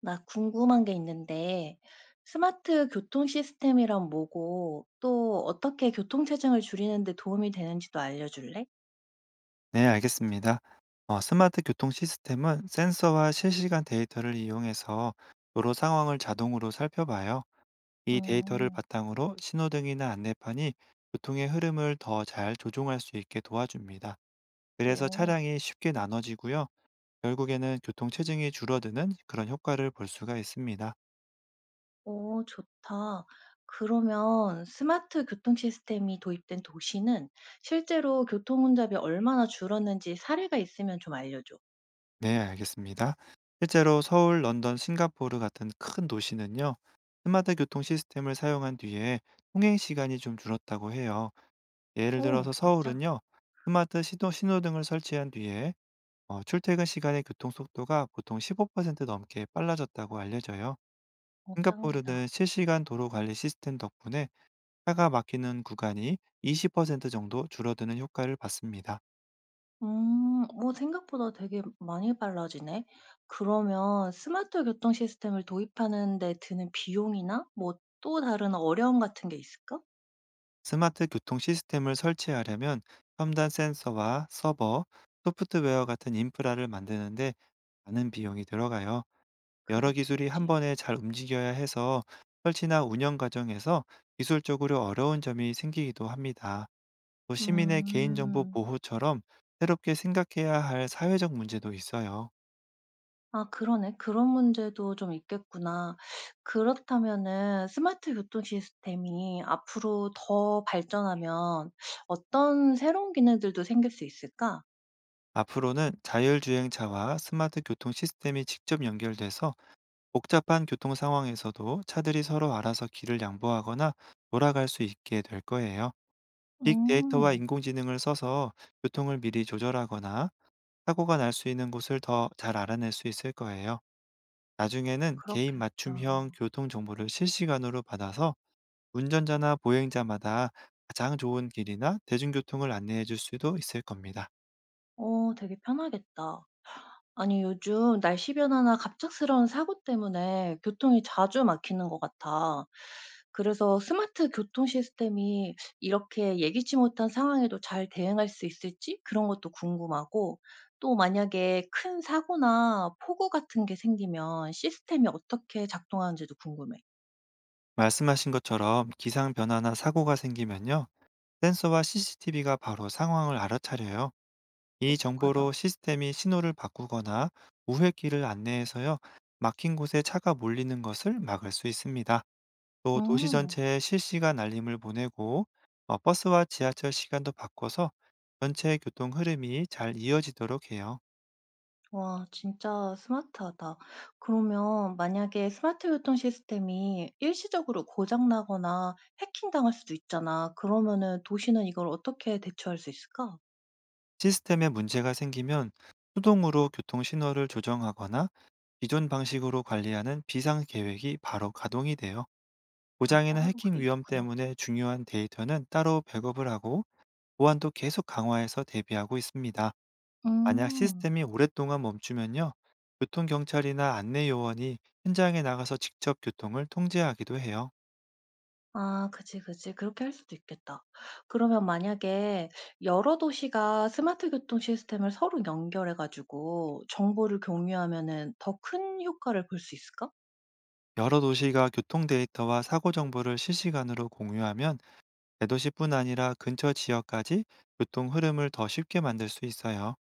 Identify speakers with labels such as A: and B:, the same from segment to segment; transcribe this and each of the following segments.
A: 나 궁금한 게 있는데, 스마트 교통 시스템이란 뭐고, 또 어떻게 교통체증을 줄이는 데 도움이 되는지도 알려줄래?
B: 네, 알겠습니다. 스마트 교통 시스템은 센서와 실시간 데이터를 이용해서 도로 상황을 자동으로 살펴봐요. 이 데이터를
A: 음,
B: 바탕으로 신호등이나 안내판이 교통의 흐름을 더 잘 조종할 수 있게 도와줍니다. 그래서
A: 오,
B: 차량이 쉽게 나눠지고요. 결국에는 교통 체증이 줄어드는 그런 효과를 볼 수가 있습니다.
A: 오, 좋다. 그러면 스마트 교통 시스템이 도입된 도시는 실제로 교통 혼잡이 얼마나 줄었는지 사례가 있으면 좀 알려줘.
B: 네, 알겠습니다. 실제로 서울, 런던, 싱가포르 같은 큰 도시는요. 스마트 교통 시스템을 사용한 뒤에 통행 시간이 좀 줄었다고 해요. 예를
A: 오,
B: 들어서
A: 진짜?
B: 서울은요, 신호등을 설치한 뒤에 출퇴근 시간의 교통 속도가 보통 15% 넘게 빨라졌다고 알려져요.
A: 짱이다.
B: 싱가포르는 실시간 도로 관리 시스템 덕분에 차가 막히는 구간이 20% 정도 줄어드는 효과를 봤습니다.
A: 음. 뭐 생각보다 되게 많이 빨라지네. 그러면 스마트 교통 시스템을 도입하는 데 드는 비용이나 뭐 또 다른 어려움 같은 게 있을까?
B: 스마트 교통 시스템을 설치하려면 첨단 센서와 서버, 소프트웨어 같은 인프라를 만드는데 많은 비용이 들어가요. 여러 기술이 한
A: 그렇겠지.
B: 번에 잘 움직여야 해서 설치나 운영 과정에서 기술적으로 어려운 점이 생기기도 합니다. 또 시민의 개인정보
A: 음.
B: 보호처럼 새롭게 생각해야 할 사회적 문제도 있어요.
A: 아 그러네. 그런 문제도 좀 있겠구나. 그렇다면은 스마트 교통 시스템이 앞으로 더 발전하면 어떤 새로운 기능들도 생길 수 있을까?
B: 앞으로는 자율주행차와 스마트 교통 시스템이 직접 연결돼서 복잡한 교통 상황에서도 차들이 서로 알아서 길을 양보하거나 돌아갈 수 있게 될 거예요. 빅데이터와
A: 음.
B: 인공지능을 써서 교통을 미리 조절하거나 사고가 날 수 있는 곳을 더 잘 알아낼 수 있을 거예요. 나중에는 개인
A: 그렇겠다.
B: 맞춤형 교통 정보를 실시간으로 받아서 운전자나 보행자마다 가장 좋은 길이나 대중교통을 안내해 줄 수도 있을 겁니다.
A: 어 되게 편하겠다. 아니, 요즘 날씨 변화나 갑작스러운 사고 때문에 교통이 자주 막히는 것 같아. 그래서 스마트 교통 시스템이 이렇게 예기치 못한 상황에도 잘 대응할 수 있을지 그런 것도 궁금하고, 또 만약에 큰 사고나 폭우 같은 게 생기면 시스템이 어떻게 작동하는지도 궁금해.
B: 말씀하신 것처럼 기상 변화나 사고가 생기면요. 센서와 CCTV가 바로 상황을 알아차려요. 이 정보로
A: 똑똑하다.
B: 시스템이 신호를 바꾸거나 우회길을 안내해서요, 막힌 곳에 차가 몰리는 것을 막을 수 있습니다. 또 도시
A: 음.
B: 전체에 실시간 알림을 보내고 버스와 지하철 시간도 바꿔서 전체 교통 흐름이 잘 이어지도록 해요.
A: 와 진짜 스마트하다. 그러면 만약에 스마트 교통 시스템이 일시적으로 고장 나거나 해킹당할 수도 있잖아. 그러면은 도시는 이걸 어떻게 대처할 수 있을까?
B: 시스템에 문제가 생기면 수동으로 교통 신호를 조정하거나 기존 방식으로 관리하는 비상 계획이 바로 가동이 돼요.
A: 아
B: 고장이나
A: 따로
B: 해킹
A: 그게
B: 위험
A: 있구나.
B: 때문에 중요한 데이터는 따로 백업을 하고 보안도 계속 강화해서 대비하고 있습니다. 만약
A: 음.
B: 시스템이 오랫동안 멈추면요, 교통경찰이나 안내요원이 현장에 나가서 직접 교통을 통제하기도 해요.
A: 아 그지, 그지. 그렇게 할 수도 있겠다. 그러면 만약에 여러 도시가 스마트 교통 시스템을 서로 연결해 가지고 정보를 공유하면은 더 큰 효과를 볼 수 있을까?
B: 여러 도시가 교통 데이터와 사고 정보를 실시간으로 공유하면 대도시뿐 아니라 근처 지역까지 교통 흐름을 더 쉽게 만들 수 있어요.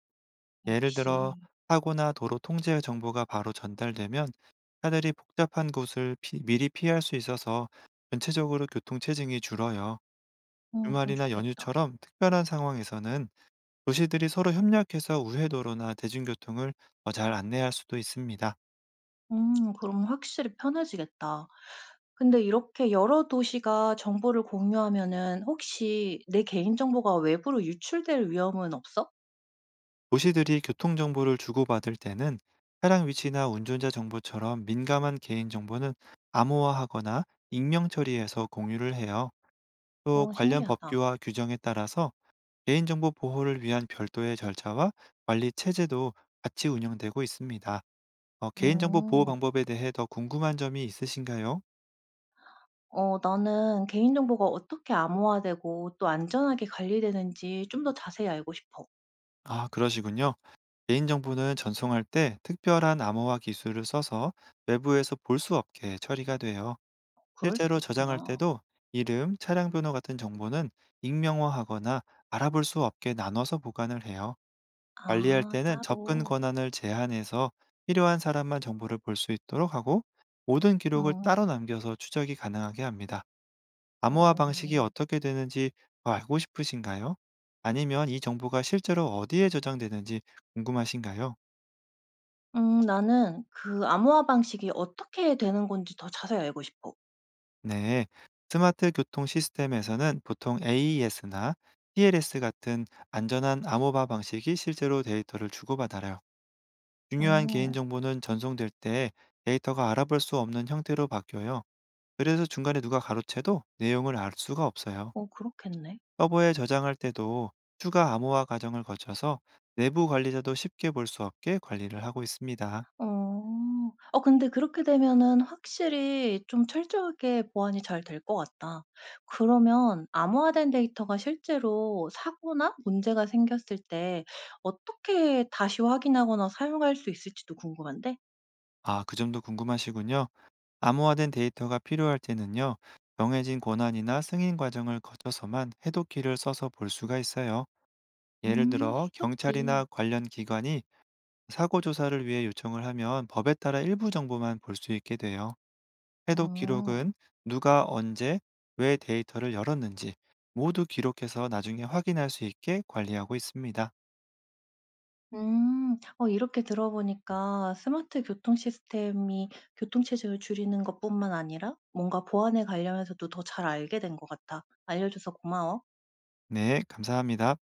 B: 예를 들어,
A: 역시.
B: 사고나 도로 통제 정보가 바로 전달되면 차들이 복잡한 곳을 미리 피할 수 있어서 전체적으로 교통 체증이 줄어요.
A: 그건
B: 주말이나
A: 좋겠다.
B: 연휴처럼 특별한 상황에서는 도시들이 서로 협력해서 우회도로나 대중교통을 더 잘 안내할 수도 있습니다.
A: 그럼 확실히 편해지겠다. 근데 이렇게 여러 도시가 정보를 공유하면은 혹시 내 개인정보가 외부로 유출될 위험은 없어?
B: 도시들이 교통정보를 주고받을 때는 차량 위치나 운전자 정보처럼 민감한 개인정보는 암호화하거나 익명 처리해서 공유를 해요. 또
A: 어
B: 관련
A: 신기하다.
B: 법규와 규정에 따라서 개인정보 보호를 위한 별도의 절차와 관리 체제도 같이 운영되고 있습니다. 개인정보 보호
A: 어.
B: 방법에 대해 더 궁금한 점이 있으신가요?
A: 어 나는 개인정보가 어떻게 암호화되고 또 안전하게 관리되는지 좀 더 자세히 알고 싶어.
B: 아, 그러시군요. 개인정보는 전송할 때 특별한 암호화 기술을 써서 외부에서 볼 수 없게 처리가 돼요.
A: 그럴 수도
B: 실제로 저장할
A: 있구나.
B: 때도 이름, 차량 번호 같은 정보는 익명화하거나 알아볼 수 없게 나눠서 보관을 해요. 관리할
A: 아
B: 때는 접근
A: 따로.
B: 권한을 제한해서 필요한 사람만 정보를 볼 수 있도록 하고 모든 기록을
A: 음.
B: 따로 남겨서 추적이 가능하게 합니다. 암호화 방식이
A: 오.
B: 어떻게 되는지 더 알고 싶으신가요? 아니면 이 정보가 실제로 어디에 저장되는지 궁금하신가요?
A: 나는 그 암호화 방식이 어떻게 되는 건지 더 자세히 알고 싶어.
B: 네, 스마트 교통 시스템에서는 보통 AES나 TLS 같은 안전한 암호화 방식이 실제로 데이터를 주고받아요. 중요한
A: 어.
B: 개인정보는 전송될 때 데이터가 알아볼 수 없는 형태로 바뀌어요. 그래서 중간에 누가 가로채도 내용을 알 수가 없어요.
A: 어 그렇겠네.
B: 서버에 저장할 때도 추가 암호화 과정을 거쳐서 내부 관리자도 쉽게 볼 수 없게 관리를 하고 있습니다.
A: 어. 어 근데 그렇게 되면은 확실히 좀 철저하게 보안이 잘 될 것 같다. 그러면 암호화된 데이터가 실제로 사고나 문제가 생겼을 때 어떻게 다시 확인하거나 사용할 수 있을지도 궁금한데?
B: 아, 그 점도 궁금하시군요. 암호화된 데이터가 필요할 때는요, 정해진 권한이나 승인 과정을 거쳐서만 해독키를 써서 볼 수가 있어요. 예를 들어,
A: 해독기.
B: 경찰이나 관련 기관이 사고 조사를 위해 요청을 하면 법에 따라 일부 정보만 볼 수 있게 돼요. 해독
A: 어.
B: 기록은 누가 언제, 왜 데이터를 열었는지 모두 기록해서 나중에 확인할 수 있게 관리하고 있습니다.
A: 음. 어 이렇게 들어보니까 스마트 교통 시스템이 교통 체증을 줄이는 것뿐만 아니라 뭔가 보안에 관련해서도 더 잘 알게 된 것 같아. 알려줘서 고마워.
B: 네, 감사합니다.